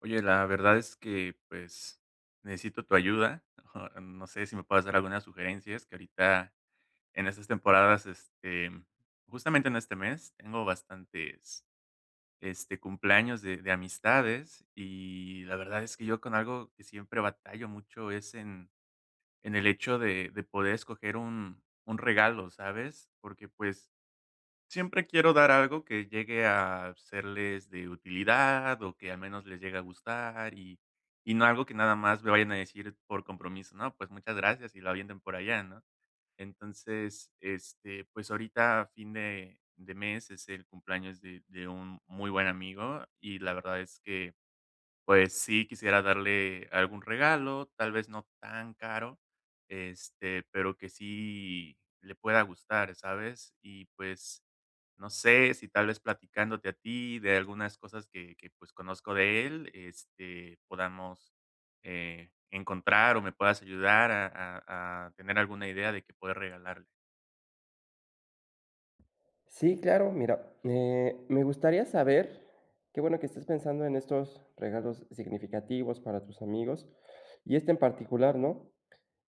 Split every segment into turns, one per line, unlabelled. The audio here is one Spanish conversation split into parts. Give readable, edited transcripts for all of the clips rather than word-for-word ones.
Oye, la verdad es que, pues, necesito tu ayuda. No sé si me puedes dar algunas sugerencias que ahorita en estas temporadas, justamente en este mes, tengo bastantes, cumpleaños de amistades, y la verdad es que yo con algo que siempre batallo mucho es en el hecho de poder escoger un regalo, ¿sabes? Porque, pues siempre quiero dar algo que llegue a serles de utilidad, o que al menos les llegue a gustar, y no algo que nada más me vayan a decir por compromiso, ¿no? Pues muchas gracias y lo avienten por allá, ¿no? Entonces, pues ahorita fin de mes es el cumpleaños de un muy buen amigo y la verdad es que pues sí, quisiera darle algún regalo, tal vez no tan caro, pero que sí le pueda gustar, ¿sabes? Y pues, no sé, si tal vez platicándote a ti de algunas cosas que, pues, conozco de él, podamos, encontrar o me puedas ayudar a tener alguna idea de qué poder regalarle.
Sí, claro, mira, me gustaría saber, qué bueno que estés pensando en estos regalos significativos para tus amigos y este en particular, ¿no?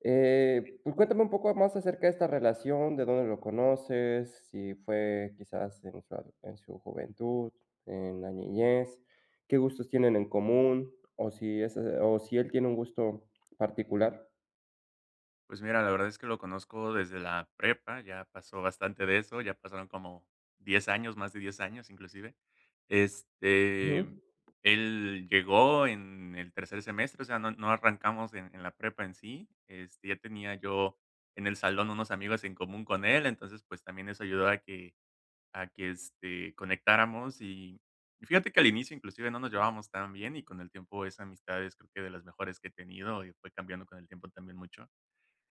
Pues cuéntame un poco más acerca de esta relación, de dónde lo conoces, si fue quizás en su, en su juventud, en la niñez, qué gustos tienen en común o si él tiene un gusto particular.
Pues mira, la verdad es que lo conozco desde la prepa, ya pasó bastante de eso, ya pasaron como 10 años, más de 10 años inclusive. Este,
Ujú,
él llegó en el tercer semestre, o sea, no arrancamos en la prepa en sí, ya tenía yo en el salón unos amigos en común con él, entonces, pues, también eso ayudó a que, conectáramos y fíjate que al inicio inclusive no nos llevábamos tan bien y con el tiempo esa amistad es creo que de las mejores que he tenido y fue cambiando con el tiempo también mucho.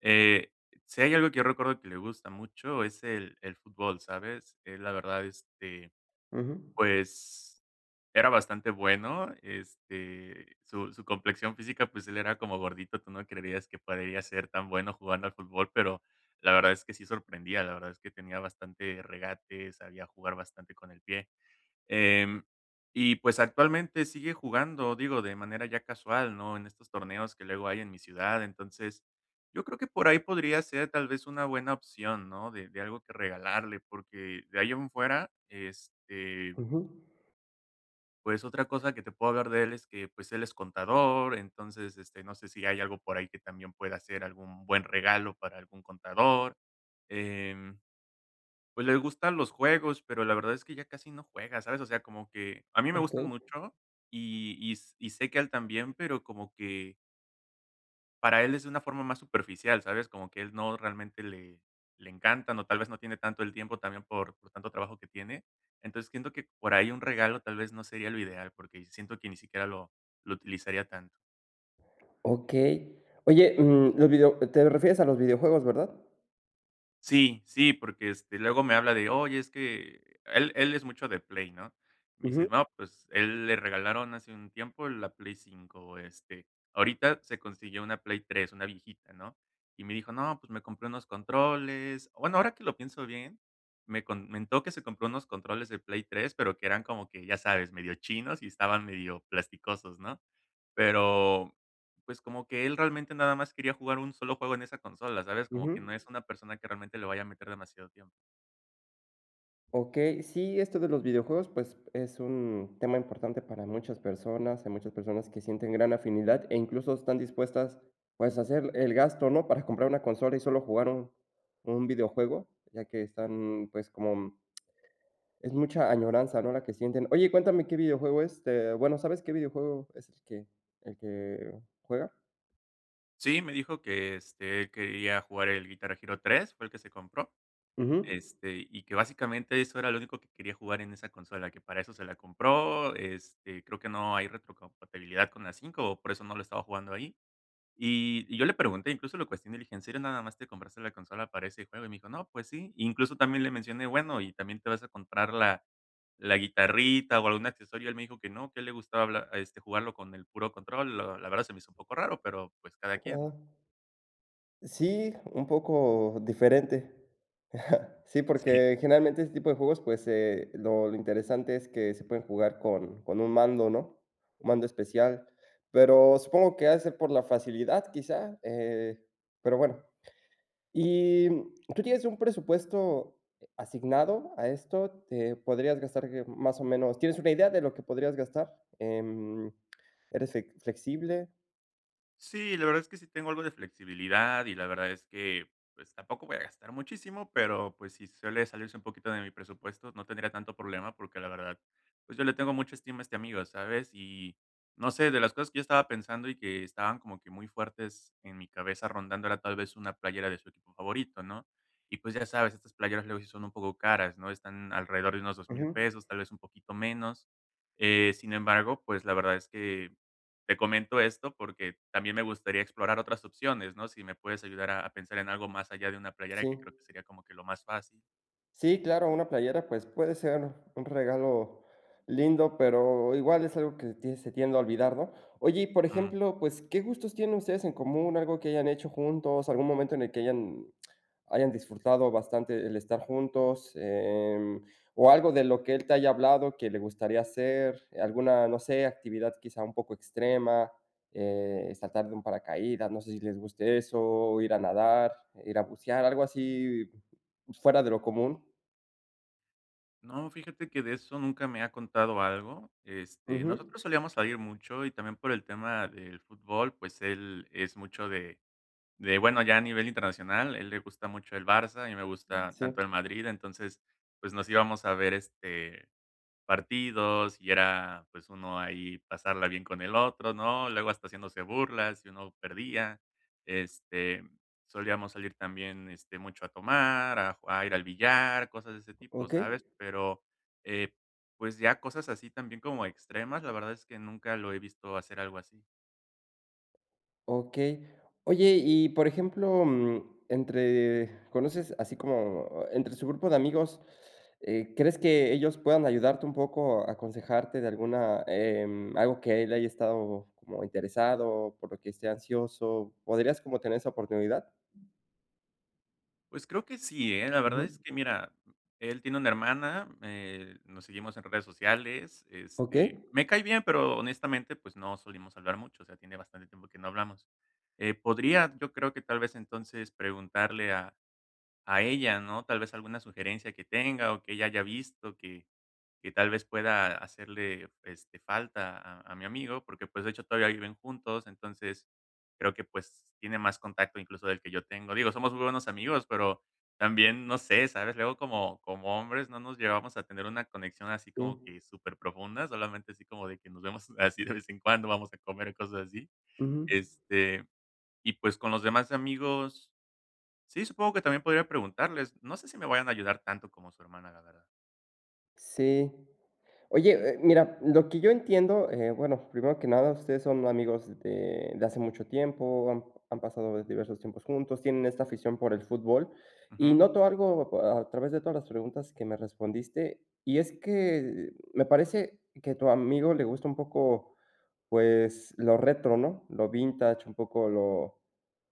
Eh, si hay algo que yo recuerdo que le gusta mucho es el fútbol, ¿sabes? Él, la verdad,
ujú,
pues, era bastante bueno, su complexión física, pues, él era como gordito, tú no creerías que podría ser tan bueno jugando al fútbol, pero la verdad es que sí sorprendía, la verdad es que tenía bastante regate, sabía jugar bastante con el pie, em, y, pues, actualmente sigue jugando, digo, de manera ya casual, ¿no?, en estos torneos que luego hay en mi ciudad, entonces, yo creo que por ahí podría ser tal vez una buena opción, ¿no?, de algo que regalarle, porque de ahí en fuera, este
ujú,
pues, otra cosa que te puedo hablar de él es que, pues, él es contador, entonces, no sé si hay algo por ahí que también pueda ser algún buen regalo para algún contador. Em, pues, le gustan los juegos, pero la verdad es que ya casi no juega, ¿sabes? O sea, como que a mí me
ok.
gustan mucho y sé que a él también, pero como que para él es de una forma más superficial, ¿sabes? Como que él no realmente le le encantan, o tal vez no tiene tanto el tiempo también por tanto trabajo que tiene. Entonces, siento que por ahí un regalo tal vez no sería lo ideal, porque siento que ni siquiera lo utilizaría tanto.
Okey. Oye, los video te refieres a los videojuegos, ¿verdad?
Sí, sí, porque, luego me habla de: "Oye, es que" él es mucho de Play, ¿no? Me dice:
Ujú,
"No, pues, él le regalaron hace un tiempo la Play 5, ahorita se consiguió una Play 3, una viejita", ¿no? Y me dijo: "No, pues, me compré unos controles". Bueno, ahora que lo pienso bien, me comentó que se compró unos controles de Play 3, pero que eran como que, ya sabes, medio chinos y estaban medio plasticosos, ¿no? Pero pues, como que él realmente nada más quería jugar un solo juego en esa consola, ¿sabes? Como que no
ujú.
es una persona que realmente le vaya a meter demasiado tiempo.
Okey, sí, esto de los videojuegos, pues, es un tema importante para muchas personas. Hay muchas personas que sienten gran afinidad e incluso están dispuestas, pues, a hacer el gasto, ¿no?, para comprar una consola y solo jugar un videojuego, ya que están, pues, como es mucha añoranza, ¿no?, la que sienten. Oye, cuéntame qué videojuego es, bueno, ¿sabes qué videojuego es el que juega?
Sí, me dijo que, él quería jugar el Guitar Hero 3, fue el que se compró,
Ujú.
y que básicamente eso era lo único que quería jugar en esa consola, que para eso se la compró, creo que no hay retrocompatibilidad con la 5, por eso no lo estaba jugando ahí. Y yo le pregunté, incluso lo cuestioné, le dije: "¿En serio nada más te compraste la consola para ese juego?" Y me dijo: "No, pues sí". Incluso también le mencioné: "Bueno, ¿y también te vas a comprar la la guitarrita o algún accesorio?" Él me dijo que no, que a él le gustaba habla este, jugarlo con el puro control. Lo la verdad se me hizo un poco raro, pero, pues, cada quien,
Ah.
¿no?
Sí, un poco diferente. Sí,
Sí.
porque generalmente este tipo de juegos, pues, lo interesante es que se pueden jugar con un mando, ¿no? Un mando especial, pero supongo que ha de ser por la facilidad, quizá, pero bueno. Y, ¿tú tienes un presupuesto asignado a esto? ¿Te podrías gastar que más o menos? ¿Tienes una idea de lo que podrías gastar? Em, ¿Eres flexible?
Sí, la verdad es que sí tengo algo de flexibilidad y la verdad es que, pues, tampoco voy a gastar muchísimo, pero, pues, si suele salirse un poquito de mi presupuesto, no tendría tanto problema porque la verdad, pues, yo le tengo mucha estima a este amigo, ¿sabes? Y no sé, de las cosas que yo estaba pensando y que estaban como que muy fuertes en mi cabeza rondando era tal vez una playera de su equipo favorito, ¿no? Y, pues, ya sabes, estas playeras luego sí son un poco caras, ¿no? Están alrededor de unos dos
Ujú,
mil pesos, tal vez un poquito menos. Sin embargo, pues, la verdad es que te comento esto porque también me gustaría explorar otras opciones, ¿no? Si me puedes ayudar a pensar en algo más allá de una playera,
sí.
que creo que sería como que lo más fácil.
Sí, claro, una playera, pues, puede ser un regalo lindo, pero igual es algo que tie se tiende a olvidar, ¿no? Oye, y por
Mm,
ejemplo, pues, ¿qué gustos tienen ustedes en común? ¿Algo que hayan hecho juntos? ¿Algún momento en el que hayan disfrutado bastante el estar juntos? O algo de lo que él te haya hablado que le gustaría hacer, alguna, no sé, actividad quizá un poco extrema, saltar de un paracaídas, no sé si les guste eso, ir a nadar, ir a bucear, algo así fuera de lo común.
no, fíjate que de eso nunca me ha contado algo.
Ujú.
Nosotros solíamos salir mucho y también por el tema del fútbol, pues él es mucho de, bueno, ya a nivel internacional, él le gusta mucho el Barça, y me gusta
Sí,
tanto el Madrid, entonces, pues nos íbamos a ver, partidos y era, pues, uno ahí pasarla bien con el otro, ¿no? Luego hasta haciéndose burlas si uno perdía. Este, solíamos salir también, mucho a tomar, a ir al billar, cosas de ese tipo,
okey,
¿sabes? Pero, eh, pues, ya cosas así también como extremas, la verdad es que nunca lo he visto hacer algo así.
okey. Oye, y por ejemplo, mm, entre ¿conoces así como entre su grupo de amigos, crees que ellos puedan ayudarte un poco, a aconsejarte de alguna, algo que él haya estado como interesado, por lo que esté ansioso? ¿Podrías como tener esa oportunidad?
Pues creo que sí, ¿eh? La verdad
Ujú.
es que mira, él tiene una hermana, nos seguimos en redes sociales,
Okey,
me cae bien, pero honestamente, pues no solíamos hablar mucho, o sea, tiene bastante tiempo que no hablamos. Podría, yo creo que tal vez entonces preguntarle a ella, ¿no? Tal vez alguna sugerencia que tenga o que ella haya visto que tal vez pueda hacerle, falta a mi amigo, porque, pues, de hecho, todavía viven juntos, entonces, creo que, pues, tiene más contacto incluso del que yo tengo. Digo, somos muy buenos amigos, pero también, no sé, ¿sabes? Luego como hombres no nos llevamos a tener una conexión así
sí.
como que súper profunda solamente así como de que nos vemos así de vez en cuando, vamos a comer, cosas así.
Ujú.
Este, y, pues, con los demás amigos, sí, supongo que también podría preguntarles. No sé si me vayan a ayudar tanto como su hermana, la verdad.
Sí. Oye, mira, lo que yo entiendo, bueno, primero que nada, ustedes son amigos de hace mucho tiempo, han pasado diversos tiempos juntos, tienen esta afición por el fútbol y
Ujú.
noto algo a través de todas las preguntas que me respondiste y es que me parece que a tu amigo le gusta un poco, pues, lo retro, ¿no? Lo vintage, un poco lo,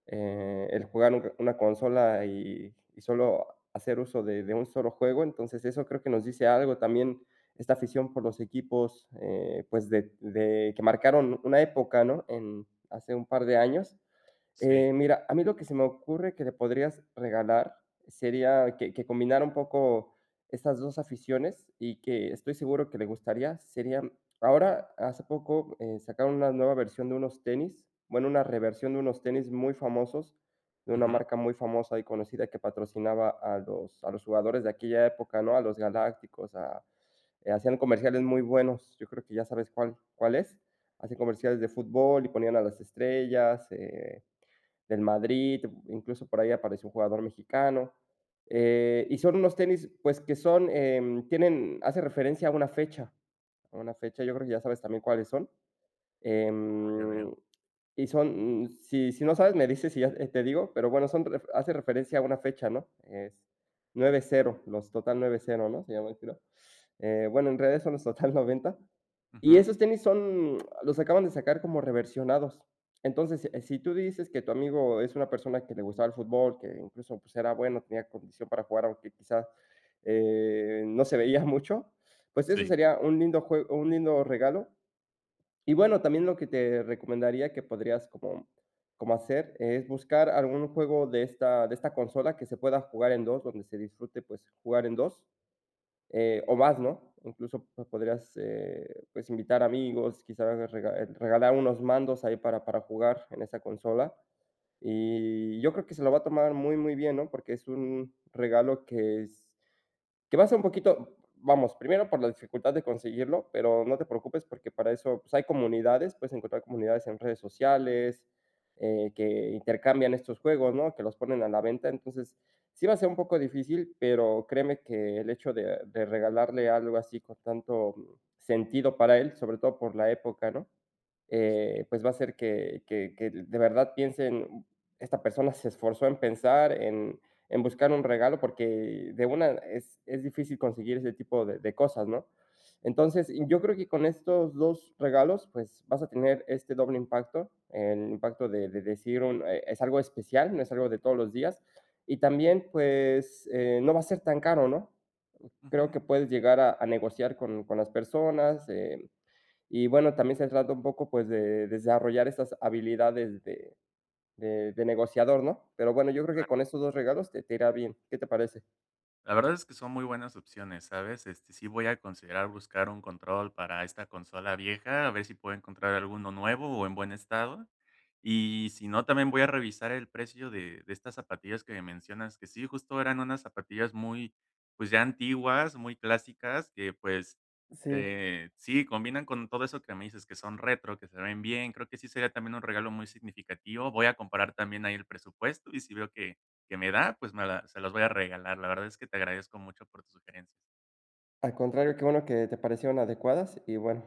el jugar una consola y solo hacer uso de un solo juego. Entonces eso creo que nos dice algo también esta afición por los equipos, pues de, que marcaron una época, ¿no? Hace un par de años
Sí.
mira, a mí lo que se me ocurre que le podrías regalar sería que combinara un poco estas 2 aficiones y que estoy seguro que le gustaría, sería ahora, hace poco, sacaron una nueva versión de unos tenis, bueno, una reversión de unos tenis muy famosos, de una
Ujú.
marca muy famosa y conocida que patrocinaba a los jugadores de aquella época, ¿no? A los Galácticos, a hacían comerciales muy buenos, yo creo que ya sabes cuál es. Hacían comerciales de fútbol y ponían a las estrellas, del Madrid, incluso por ahí apareció un jugador mexicano. Y son unos tenis, pues que son, tienen, hace referencia a una fecha, yo creo que ya sabes también cuáles son.
Oh, ya veo.
Em, y son, si no sabes, me dices y ya, te digo, pero bueno, son ref hace referencia a una fecha, ¿no? Es 90, los Total 90, ¿no? Se llama el tiro. Bueno, en redes son los Total 90. Y
Ujú.
esos tenis son los acaban de sacar como reversionados. Entonces, si tú dices que tu amigo es una persona que le gustaba el fútbol, que incluso, pues, era bueno, tenía condición para jugar, aunque quizás, no se veía mucho, pues eso
Sí,
sería un lindo jue un lindo regalo. Y bueno, también lo que te recomendaría que podrías como hacer es buscar algún juego de esta consola que se pueda jugar en dos, donde se disfrute, pues, jugar en 2 o más, ¿no? Incluso, pues, podrías, pues, invitar amigos, quizás regalar unos mandos ahí para jugar en esa consola. Y yo creo que se lo va a tomar muy, muy bien, ¿no? Porque es un regalo que va a ser un poquito, vamos, primero por la dificultad de conseguirlo, pero no te preocupes porque para eso, pues, hay comunidades, puedes encontrar comunidades en redes sociales que intercambian estos juegos, ¿no? Que los ponen a la venta. Entonces, sí va a ser un poco difícil, pero créeme que el hecho de regalarle algo así con tanto sentido para él, sobre todo por la época, ¿no?
sí.
Pues va a hacer que de verdad piensen, esta persona se esforzó en pensar, en buscar un regalo, porque de una es difícil conseguir ese tipo de cosas, ¿no? Entonces, y yo creo que con estos dos regalos, pues vas a tener este doble impacto, el impacto de decir es algo especial, no es algo de todos los días, y también pues no va a ser tan caro, ¿no? Creo
Ujú.
que puedes llegar a negociar con las personas, y bueno, también se trata un poco, pues, de desarrollar estas habilidades de negociador, ¿no? Pero bueno, yo creo que
Claro.
con esos 2 regalos te irá bien, ¿qué te parece?
La verdad es que son muy buenas opciones, ¿sabes? Sí voy a considerar buscar un control para esta consola vieja, a ver si puedo encontrar alguno nuevo o en buen estado. Y si no, también voy a revisar el precio de estas zapatillas que me mencionas, que sí, justo eran unas zapatillas muy, pues ya antiguas, muy clásicas, que pues
Sí.
sí, combinan con todo eso que me dices, que son retro, que se ven bien. Creo que sí sería también un regalo muy significativo. Voy a comparar también ahí el presupuesto y si veo que me da, pues me la se las voy a regalar. La verdad es que te agradezco mucho por tu sugerencia.
Al contrario, qué bueno que te parecieron adecuadas, y bueno.